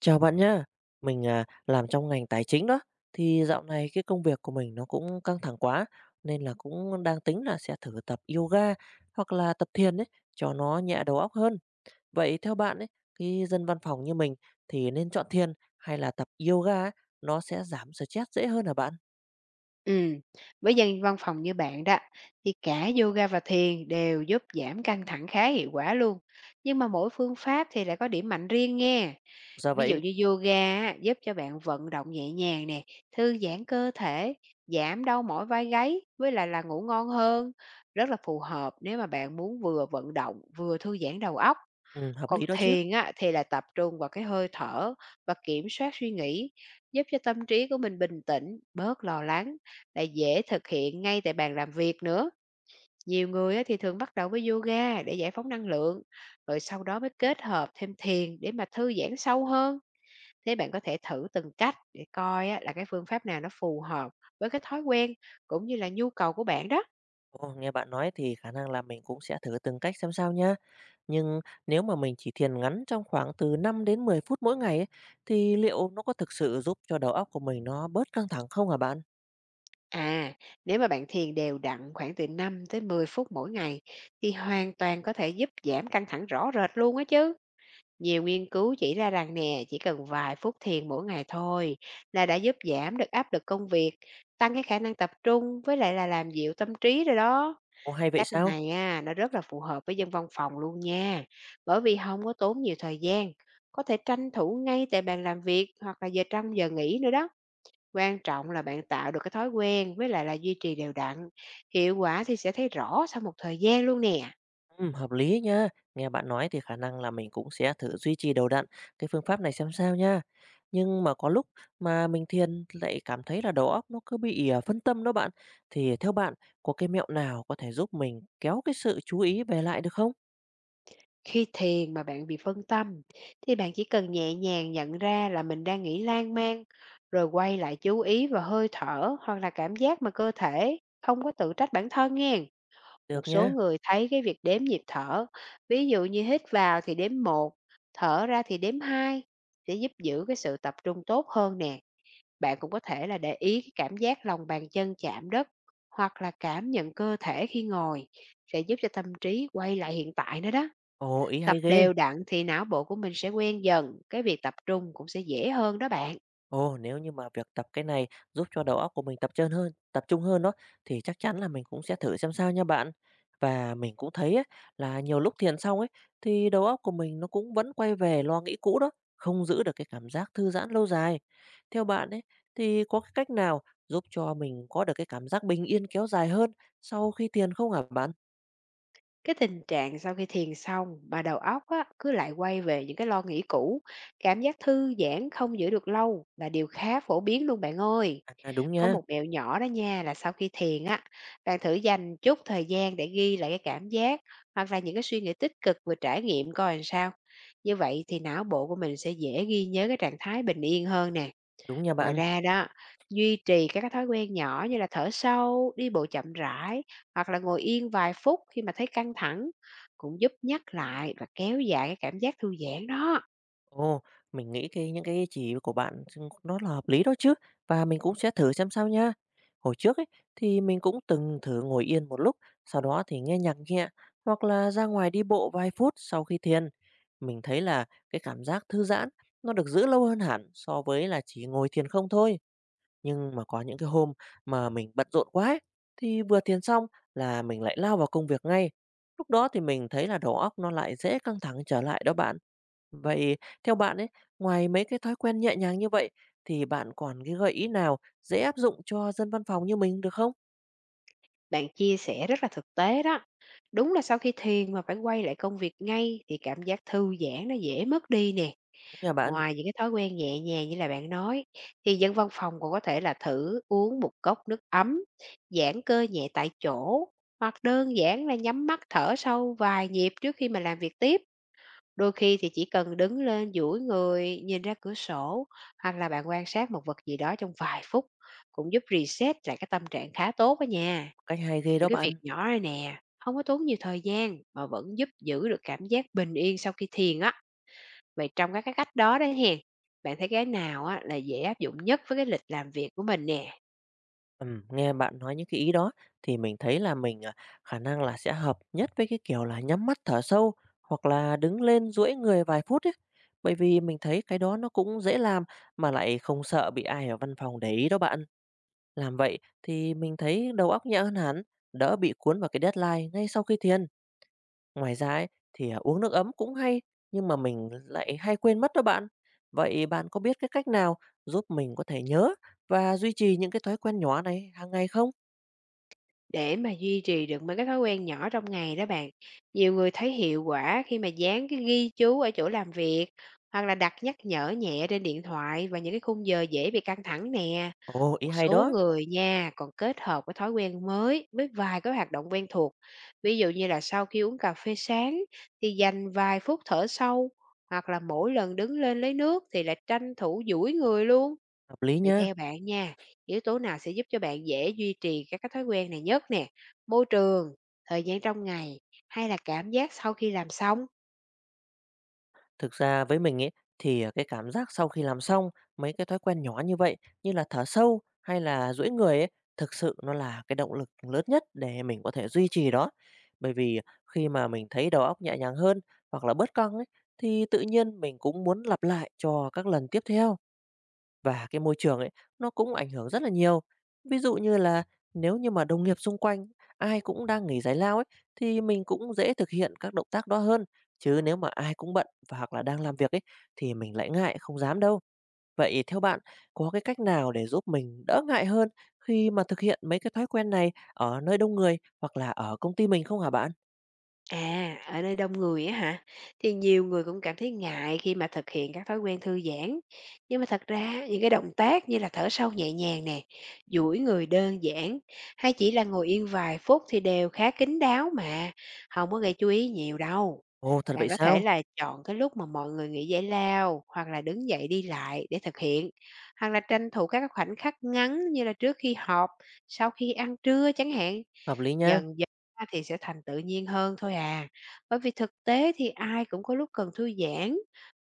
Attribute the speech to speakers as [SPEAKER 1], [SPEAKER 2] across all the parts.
[SPEAKER 1] Chào bạn nhá. Mình làm trong ngành tài chính đó, thì dạo này cái công việc của mình nó cũng căng thẳng quá, nên là cũng đang tính là sẽ thử tập yoga hoặc là tập thiền ấy, cho nó nhẹ đầu óc hơn. Vậy theo bạn ấy, cái dân văn phòng như mình thì nên chọn thiền hay là tập yoga á, nó sẽ giảm stress dễ hơn hả bạn?
[SPEAKER 2] Ừm, với dân văn phòng như bạn đó, thì cả yoga và thiền đều giúp giảm căng thẳng khá hiệu quả luôn. Nhưng mà mỗi phương pháp thì lại có điểm mạnh riêng nghe.
[SPEAKER 1] Ra
[SPEAKER 2] Ví dụ
[SPEAKER 1] vậy.
[SPEAKER 2] như yoga á, giúp cho bạn vận động nhẹ nhàng nè, thư giãn cơ thể, giảm đau mỏi vai gáy, với lại là ngủ ngon hơn. Rất là phù hợp nếu mà bạn muốn vừa vận động vừa thư giãn đầu óc.
[SPEAKER 1] Ừm, hợp
[SPEAKER 2] Còn
[SPEAKER 1] lý đó chứ.
[SPEAKER 2] thiền á, thì là tập trung vào cái hơi thở và kiểm soát suy nghĩ, giúp cho tâm trí của mình bình tĩnh, bớt lo lắng, lại dễ thực hiện ngay tại bàn làm việc nữa. Nhiều người á, thì thường bắt đầu với yoga để giải phóng năng lượng, rồi sau đó mới kết hợp thêm thiền để mà thư giãn sâu hơn. Thế bạn có thể thử từng cách để coi á, là cái phương pháp nào nó phù hợp với cái thói quen cũng như là nhu cầu của bạn đó.
[SPEAKER 1] Ồ, nghe bạn nói thì khả năng là mình cũng sẽ thử từng cách xem sao nhá. Nhưng nếu mà mình chỉ thiền ngắn trong khoảng từ 5 đến 10 phút mỗi ngày ấy, thì liệu nó có thực sự giúp cho đầu óc của mình nó bớt căng thẳng không hả bạn?
[SPEAKER 2] À, nếu mà bạn thiền đều đặn khoảng từ 5 tới 10 phút mỗi ngày thì hoàn toàn có thể giúp giảm căng thẳng rõ rệt luôn á chứ. Nhiều nghiên cứu chỉ ra rằng nè, chỉ cần vài phút thiền mỗi ngày thôi là đã giúp giảm được áp lực công việc, tăng cái khả năng tập trung với lại là làm dịu tâm trí rồi đó.
[SPEAKER 1] Ồ, hay vậy
[SPEAKER 2] Cách
[SPEAKER 1] sao?
[SPEAKER 2] này á, nó rất là phù hợp với dân văn phòng luôn nha, bởi vì không có tốn nhiều thời gian, có thể tranh thủ ngay tại bàn làm việc hoặc là giờ trong giờ nghỉ nữa đó. Quan trọng là bạn tạo được cái thói quen với lại là duy trì đều đặn, hiệu quả thì sẽ thấy rõ sau một thời gian luôn nè.
[SPEAKER 1] Ừ, hợp lý nha. Nghe bạn nói thì khả năng là mình cũng sẽ thử duy trì đều đặn cái phương pháp này xem sao nha. Nhưng mà có lúc mà mình thiền lại cảm thấy là đầu óc nó cứ bị phân tâm đó bạn. Thì theo bạn có cái mẹo nào có thể giúp mình kéo cái sự chú ý về lại được không?
[SPEAKER 2] Khi thiền mà bạn bị phân tâm thì bạn chỉ cần nhẹ nhàng nhận ra là mình đang nghĩ lan man rồi quay lại chú ý vào hơi thở hoặc là cảm giác mà cơ thể, không có tự trách bản thân nghe. Một
[SPEAKER 1] Được
[SPEAKER 2] số
[SPEAKER 1] nha.
[SPEAKER 2] người thấy cái việc đếm nhịp thở, ví dụ như hít vào thì đếm một, thở ra thì đếm hai, sẽ giúp giữ cái sự tập trung tốt hơn nè. Bạn cũng có thể là để ý cái cảm giác lòng bàn chân chạm đất hoặc là cảm nhận cơ thể khi ngồi, sẽ giúp cho tâm trí quay lại hiện tại nữa đó.
[SPEAKER 1] Ồ, ý
[SPEAKER 2] Tập
[SPEAKER 1] hay ghê!
[SPEAKER 2] đều đặn thì não bộ của mình sẽ quen dần, cái việc tập trung cũng sẽ dễ hơn đó bạn.
[SPEAKER 1] Ồ, nếu như mà việc tập cái này giúp cho đầu óc của mình tập trung hơn đó, thì chắc chắn là mình cũng sẽ thử xem sao nha bạn. Và mình cũng thấy á, là nhiều lúc thiền xong ấy, thì đầu óc của mình nó cũng vẫn quay về lo nghĩ cũ đó, không giữ được cái cảm giác thư giãn lâu dài. Theo bạn ấy, thì có cái cách nào giúp cho mình có được cái cảm giác bình yên kéo dài hơn sau khi thiền không hả bạn?
[SPEAKER 2] Cái tình trạng sau khi thiền xong mà đầu óc á, cứ lại quay về những cái lo nghĩ cũ, cảm giác thư giãn không giữ được lâu, là điều khá phổ biến luôn bạn ơi.
[SPEAKER 1] À,
[SPEAKER 2] Có một mẹo nhỏ đó nha, là sau khi thiền á, bạn thử dành chút thời gian để ghi lại cái cảm giác hoặc là những cái suy nghĩ tích cực vừa trải nghiệm coi làm sao. Như vậy thì não bộ của mình sẽ dễ ghi nhớ cái trạng thái bình yên hơn nè.
[SPEAKER 1] đúng nha
[SPEAKER 2] Ngoài
[SPEAKER 1] bạn.
[SPEAKER 2] ra đó, duy trì các cái thói quen nhỏ như là thở sâu, đi bộ chậm rãi hoặc là ngồi yên vài phút khi mà thấy căng thẳng, cũng giúp nhắc lại và kéo dài cái cảm giác thư giãn đó.
[SPEAKER 1] Ồ, mình nghĩ những cái chỉ của bạn xưng nó là hợp lý đó chứ, và mình cũng sẽ thử xem sao nha. Hồi trước ấy thì mình cũng từng thử ngồi yên một lúc, sau đó thì nghe nhạc nhẹ hoặc là ra ngoài đi bộ vài phút sau khi thiền. Mình thấy là cái cảm giác thư giãn nó được giữ lâu hơn hẳn so với là chỉ ngồi thiền không thôi. Nhưng mà có những cái hôm mà mình bận rộn quá ấy, thì vừa thiền xong là mình lại lao vào công việc ngay. Lúc đó thì mình thấy là đầu óc nó lại dễ căng thẳng trở lại đó bạn. Vậy theo bạn ấy, ngoài mấy cái thói quen nhẹ nhàng như vậy thì bạn còn cái gợi ý nào dễ áp dụng cho dân văn phòng như mình được không?
[SPEAKER 2] Bạn chia sẻ rất là thực tế đó. Đúng là sau khi thiền mà phải quay lại công việc ngay thì cảm giác thư giãn nó dễ mất đi nè.
[SPEAKER 1] Nhà bạn.
[SPEAKER 2] Ngoài những cái thói quen nhẹ nhàng như là bạn nói, thì dân văn phòng còn có thể là thử uống một cốc nước ấm, giãn cơ nhẹ tại chỗ, hoặc đơn giản là nhắm mắt thở sâu vài nhịp trước khi mà làm việc tiếp. Đôi khi thì chỉ cần đứng lên duỗi người, nhìn ra cửa sổ, hoặc là bạn quan sát một vật gì đó trong vài phút, cũng giúp reset lại cái tâm trạng khá tốt đó nha.
[SPEAKER 1] Cách hay ghê đó
[SPEAKER 2] Những cái việc
[SPEAKER 1] bạn.
[SPEAKER 2] nhỏ này nè, không có tốn nhiều thời gian mà vẫn giúp giữ được cảm giác bình yên sau khi thiền á. Vậy trong các cái cách đó đấy hén, bạn thấy cái nào á là dễ áp dụng nhất với cái lịch làm việc của mình nè,
[SPEAKER 1] Nghe bạn nói những cái ý đó thì mình thấy là mình khả năng là sẽ hợp nhất với cái kiểu là nhắm mắt thở sâu hoặc là đứng lên duỗi người vài phút ấy. Bởi vì mình thấy cái đó nó cũng dễ làm mà lại không sợ bị ai ở văn phòng để ý đó bạn. Làm vậy thì mình thấy đầu óc nhẹ hơn hẳn, đỡ bị cuốn vào cái deadline ngay sau khi thiền. Ngoài ra ấy, thì, uống nước ấm cũng hay, nhưng mà mình lại hay quên mất đó bạn. Vậy bạn có biết cái cách nào giúp mình có thể nhớ và duy trì những cái thói quen nhỏ này hàng ngày không?
[SPEAKER 2] để mà duy trì được mấy cái thói quen nhỏ trong ngày đó bạn? Nhiều người thấy hiệu quả khi mà dán cái ghi chú ở chỗ làm việc, hoặc là đặt nhắc nhở nhẹ trên điện thoại và những cái khung giờ dễ bị căng thẳng nè.
[SPEAKER 1] Ồ,
[SPEAKER 2] Một
[SPEAKER 1] ý hay
[SPEAKER 2] số
[SPEAKER 1] đó.
[SPEAKER 2] người nha còn kết hợp với thói quen mới với vài cái hoạt động quen thuộc. Ví dụ như là sau khi uống cà phê sáng thì dành vài phút thở sâu, hoặc là mỗi lần đứng lên lấy nước thì lại tranh thủ duỗi người luôn.
[SPEAKER 1] Hợp lý
[SPEAKER 2] Vậy
[SPEAKER 1] nha.
[SPEAKER 2] theo bạn nha, yếu tố nào sẽ giúp cho bạn dễ duy trì các cái thói quen này nhất nè? Môi trường, thời gian trong ngày, hay là cảm giác sau khi làm xong?
[SPEAKER 1] Thực ra với mình ấy thì, cái cảm giác sau khi làm xong mấy cái thói quen nhỏ như vậy, như là thở sâu hay là duỗi người ấy, thực sự nó là cái động lực lớn nhất để mình có thể duy trì đó. Bởi vì khi mà mình thấy đầu óc nhẹ nhàng hơn hoặc là bớt căng ấy, thì tự nhiên mình cũng muốn lặp lại cho các lần tiếp theo. Và cái môi trường ấy, nó cũng ảnh hưởng rất là nhiều. Ví dụ như là nếu như mà đồng nghiệp xung quanh ai cũng đang nghỉ giải lao ấy, thì mình cũng dễ thực hiện các động tác đó hơn. Chứ nếu mà ai cũng bận và hoặc là đang làm việc ấy, thì mình lại ngại không dám đâu. Vậy theo bạn, có cái cách nào để giúp mình đỡ ngại hơn khi mà thực hiện mấy cái thói quen này ở nơi đông người hoặc là ở công ty mình không hả bạn?
[SPEAKER 2] À, ở nơi đông người á hả? Thì nhiều người cũng cảm thấy ngại khi mà thực hiện các thói quen thư giãn. Nhưng mà thật ra những cái động tác như là thở sâu nhẹ nhàng nè, duỗi người đơn giản, hay chỉ là ngồi yên vài phút, thì đều khá kín đáo mà, không có gây chú ý nhiều đâu.
[SPEAKER 1] Ồ, thật vậy
[SPEAKER 2] Bạn có thể
[SPEAKER 1] sao?
[SPEAKER 2] là chọn cái lúc mà mọi người nghỉ giải lao hoặc là đứng dậy đi lại để thực hiện. Hoặc là tranh thủ các cái khoảnh khắc ngắn như là trước khi họp, sau khi ăn trưa chẳng hạn.
[SPEAKER 1] Hợp lý nha.
[SPEAKER 2] Dần dần á thì sẽ thành tự nhiên hơn thôi à, bởi vì thực tế thì ai cũng có lúc cần thư giãn,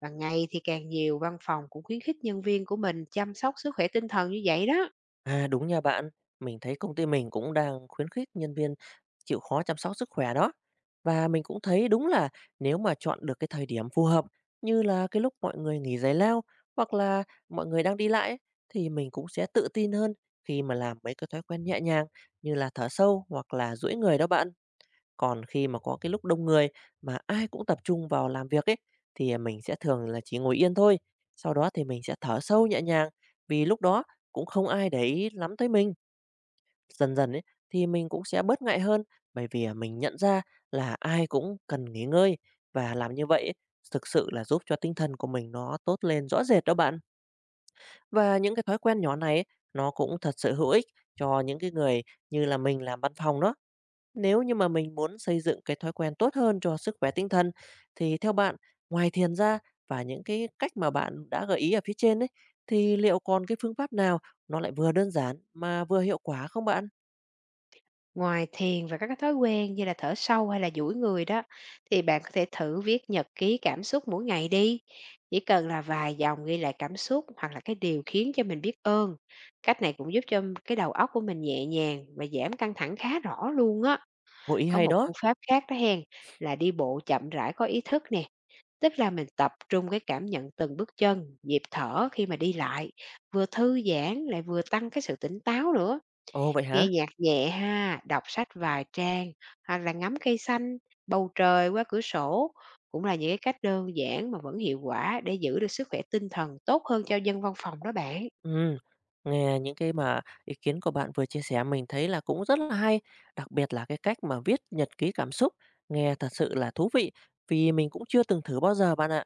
[SPEAKER 2] và ngày thì càng nhiều văn phòng cũng khuyến khích nhân viên của mình chăm sóc sức khỏe tinh thần như vậy đó.
[SPEAKER 1] À, đúng nha bạn. Mình thấy công ty mình cũng đang khuyến khích nhân viên chịu khó chăm sóc sức khỏe đó. Và mình cũng thấy đúng là nếu mà chọn được cái thời điểm phù hợp như là cái lúc mọi người nghỉ giải lao hoặc là mọi người đang đi lại ấy, thì mình cũng sẽ tự tin hơn khi mà làm mấy cái thói quen nhẹ nhàng như là thở sâu hoặc là duỗi người đó bạn. Còn khi mà có cái lúc đông người mà ai cũng tập trung vào làm việc ấy thì mình sẽ thường là chỉ ngồi yên thôi. Sau đó thì mình sẽ thở sâu nhẹ nhàng vì lúc đó cũng không ai để ý lắm tới mình. Dần dần ấy, thì mình cũng sẽ bớt ngại hơn, bởi vì, mình nhận ra là ai cũng cần nghỉ ngơi và làm như vậy ấy, thực sự là giúp cho tinh thần của mình nó tốt lên rõ rệt đó bạn. Và những cái thói quen nhỏ này ấy, nó cũng thật sự hữu ích cho những cái người như là mình làm văn phòng đó. Nếu như mà mình muốn xây dựng cái thói quen tốt hơn cho sức khỏe tinh thần, thì theo bạn, ngoài thiền ra và những cái cách mà bạn đã gợi ý ở phía trên ấy, thì liệu còn cái phương pháp nào nó lại vừa đơn giản mà vừa hiệu quả không bạn?
[SPEAKER 2] Ngoài thiền và các cái thói quen như là thở sâu hay là duỗi người đó, thì bạn có thể thử viết nhật ký cảm xúc mỗi ngày đi. Chỉ cần là vài dòng ghi lại cảm xúc hoặc là cái điều khiến cho mình biết ơn. Cách này cũng giúp cho cái đầu óc của mình nhẹ nhàng và giảm căng thẳng khá rõ luôn á.
[SPEAKER 1] Một ý
[SPEAKER 2] Có
[SPEAKER 1] hay
[SPEAKER 2] một
[SPEAKER 1] đó.
[SPEAKER 2] phương pháp khác đó hen, là đi bộ chậm rãi có ý thức nè, tức là mình tập trung cái cảm nhận từng bước chân, nhịp thở khi mà đi lại, vừa thư giãn lại vừa tăng cái sự tỉnh táo nữa.
[SPEAKER 1] Ồ, vậy hả?
[SPEAKER 2] Nghe nhạc nhẹ ha, đọc sách vài trang, hoặc là ngắm cây xanh, bầu trời qua cửa sổ, cũng là những cái cách đơn giản mà vẫn hiệu quả để giữ được sức khỏe tinh thần tốt hơn cho dân văn phòng đó bạn.
[SPEAKER 1] Ừm, nghe những cái mà ý kiến của bạn vừa chia sẻ mình thấy là cũng rất là hay, đặc biệt là cái cách mà viết nhật ký cảm xúc, nghe thật sự là thú vị, vì mình cũng chưa từng thử bao giờ bạn ạ.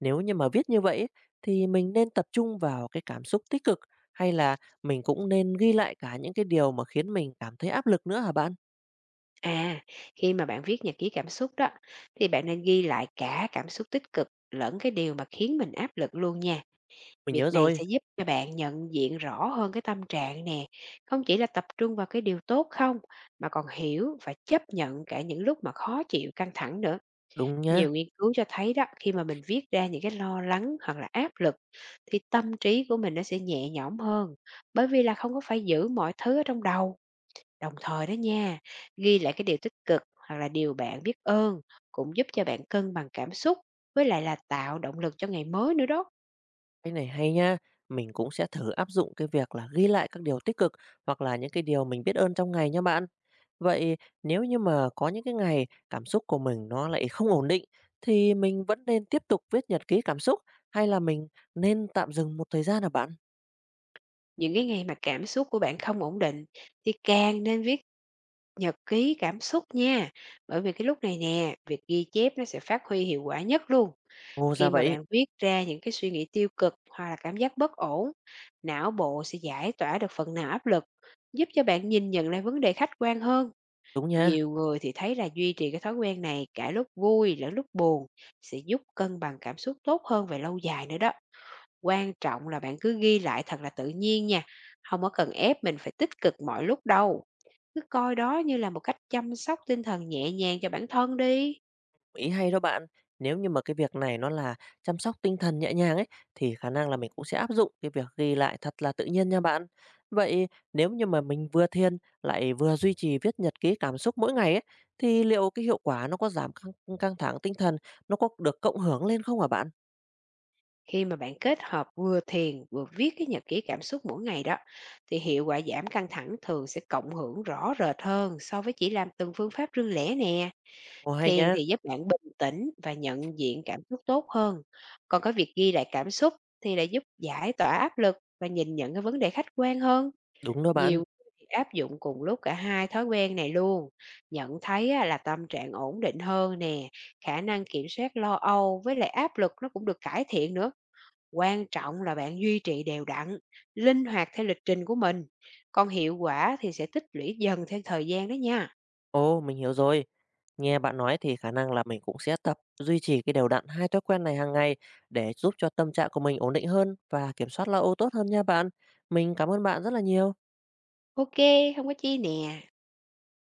[SPEAKER 1] Nếu như mà viết như vậy ấy, thì mình nên tập trung vào cái cảm xúc tích cực hay là mình cũng nên ghi lại cả những cái điều mà khiến mình cảm thấy áp lực nữa hả bạn?
[SPEAKER 2] À, khi mà bạn viết nhật ký cảm xúc đó, thì bạn nên ghi lại cả cảm xúc tích cực lẫn cái điều mà khiến mình áp lực luôn nha.
[SPEAKER 1] Mình
[SPEAKER 2] Việc
[SPEAKER 1] nhớ
[SPEAKER 2] này
[SPEAKER 1] rồi.
[SPEAKER 2] sẽ giúp cho bạn nhận diện rõ hơn cái tâm trạng nè, không chỉ là tập trung vào cái điều tốt không, mà còn hiểu và chấp nhận cả những lúc mà khó chịu, căng thẳng nữa.
[SPEAKER 1] Đúng nha.
[SPEAKER 2] Nhiều nghiên cứu cho thấy đó, khi mà mình viết ra những cái lo lắng hoặc là áp lực, thì tâm trí của mình nó sẽ nhẹ nhõm hơn, bởi vì là không có phải giữ mọi thứ ở trong đầu. Đồng thời đó nha, ghi lại cái điều tích cực hoặc là điều bạn biết ơn cũng giúp cho bạn cân bằng cảm xúc với lại là tạo động lực cho ngày mới nữa đó.
[SPEAKER 1] Cái này hay nha, mình cũng sẽ thử áp dụng cái việc là ghi lại các điều tích cực hoặc là những cái điều mình biết ơn trong ngày nha bạn. Vậy nếu như mà có những cái ngày cảm xúc của mình nó lại không ổn định thì mình vẫn nên tiếp tục viết nhật ký cảm xúc hay là mình nên tạm dừng một thời gian hả bạn?
[SPEAKER 2] Những cái ngày mà cảm xúc của bạn không ổn định thì càng nên viết nhật ký cảm xúc nha. Bởi vì cái lúc này nè, việc ghi chép nó sẽ phát huy hiệu quả nhất luôn.
[SPEAKER 1] Ồ
[SPEAKER 2] Khi
[SPEAKER 1] ra
[SPEAKER 2] mà
[SPEAKER 1] vậy.
[SPEAKER 2] bạn viết ra những cái suy nghĩ tiêu cực hoặc là cảm giác bất ổn, não bộ sẽ giải tỏa được phần nào áp lực, giúp cho bạn nhìn nhận lại vấn đề khách quan hơn.
[SPEAKER 1] Đúng nha.
[SPEAKER 2] Nhiều người thì thấy là duy trì cái thói quen này cả lúc vui lẫn lúc buồn sẽ giúp cân bằng cảm xúc tốt hơn về lâu dài nữa đó. Quan trọng là bạn cứ ghi lại thật là tự nhiên nha, không có cần ép mình phải tích cực mọi lúc đâu. Cứ coi đó như là một cách chăm sóc tinh thần nhẹ nhàng cho bản thân đi.
[SPEAKER 1] Ý hay đó bạn. Nếu như mà cái việc này nó là chăm sóc tinh thần nhẹ nhàng ấy thì khả năng là mình cũng sẽ áp dụng cái việc ghi lại thật là tự nhiên nha bạn. Vậy nếu như mà mình vừa thiền lại vừa duy trì viết nhật ký cảm xúc mỗi ngày ấy thì liệu cái hiệu quả nó có giảm căng thẳng tinh thần nó có được cộng hưởng lên không hả bạn?
[SPEAKER 2] Khi mà bạn kết hợp vừa thiền vừa viết cái nhật ký cảm xúc mỗi ngày đó thì hiệu quả giảm căng thẳng thường sẽ cộng hưởng rõ rệt hơn so với chỉ làm từng phương pháp riêng lẻ nè.
[SPEAKER 1] Ồ hay
[SPEAKER 2] Thiền
[SPEAKER 1] nha.
[SPEAKER 2] thì giúp bạn bình tĩnh và nhận diện cảm xúc tốt hơn, còn cái việc ghi lại cảm xúc thì lại giúp giải tỏa áp lực và nhìn nhận cái vấn đề khách quan hơn.
[SPEAKER 1] Đúng đó
[SPEAKER 2] Nhiều
[SPEAKER 1] bạn.
[SPEAKER 2] người thì áp dụng cùng lúc cả hai thói quen này luôn, nhận thấy á, là tâm trạng ổn định hơn nè, khả năng kiểm soát lo âu với lại áp lực nó cũng được cải thiện nữa. Quan trọng là bạn duy trì đều đặn, linh hoạt theo lịch trình của mình, còn hiệu quả thì sẽ tích lũy dần theo thời gian đó nha.
[SPEAKER 1] Ồ, mình hiểu rồi. Nghe bạn nói thì khả năng là mình cũng sẽ tập duy trì cái đều đặn hai thói quen này hàng ngày để giúp cho tâm trạng của mình ổn định hơn và kiểm soát lo âu tốt hơn nha bạn. Mình cảm ơn bạn rất là nhiều.
[SPEAKER 2] Ok, không có chi nè.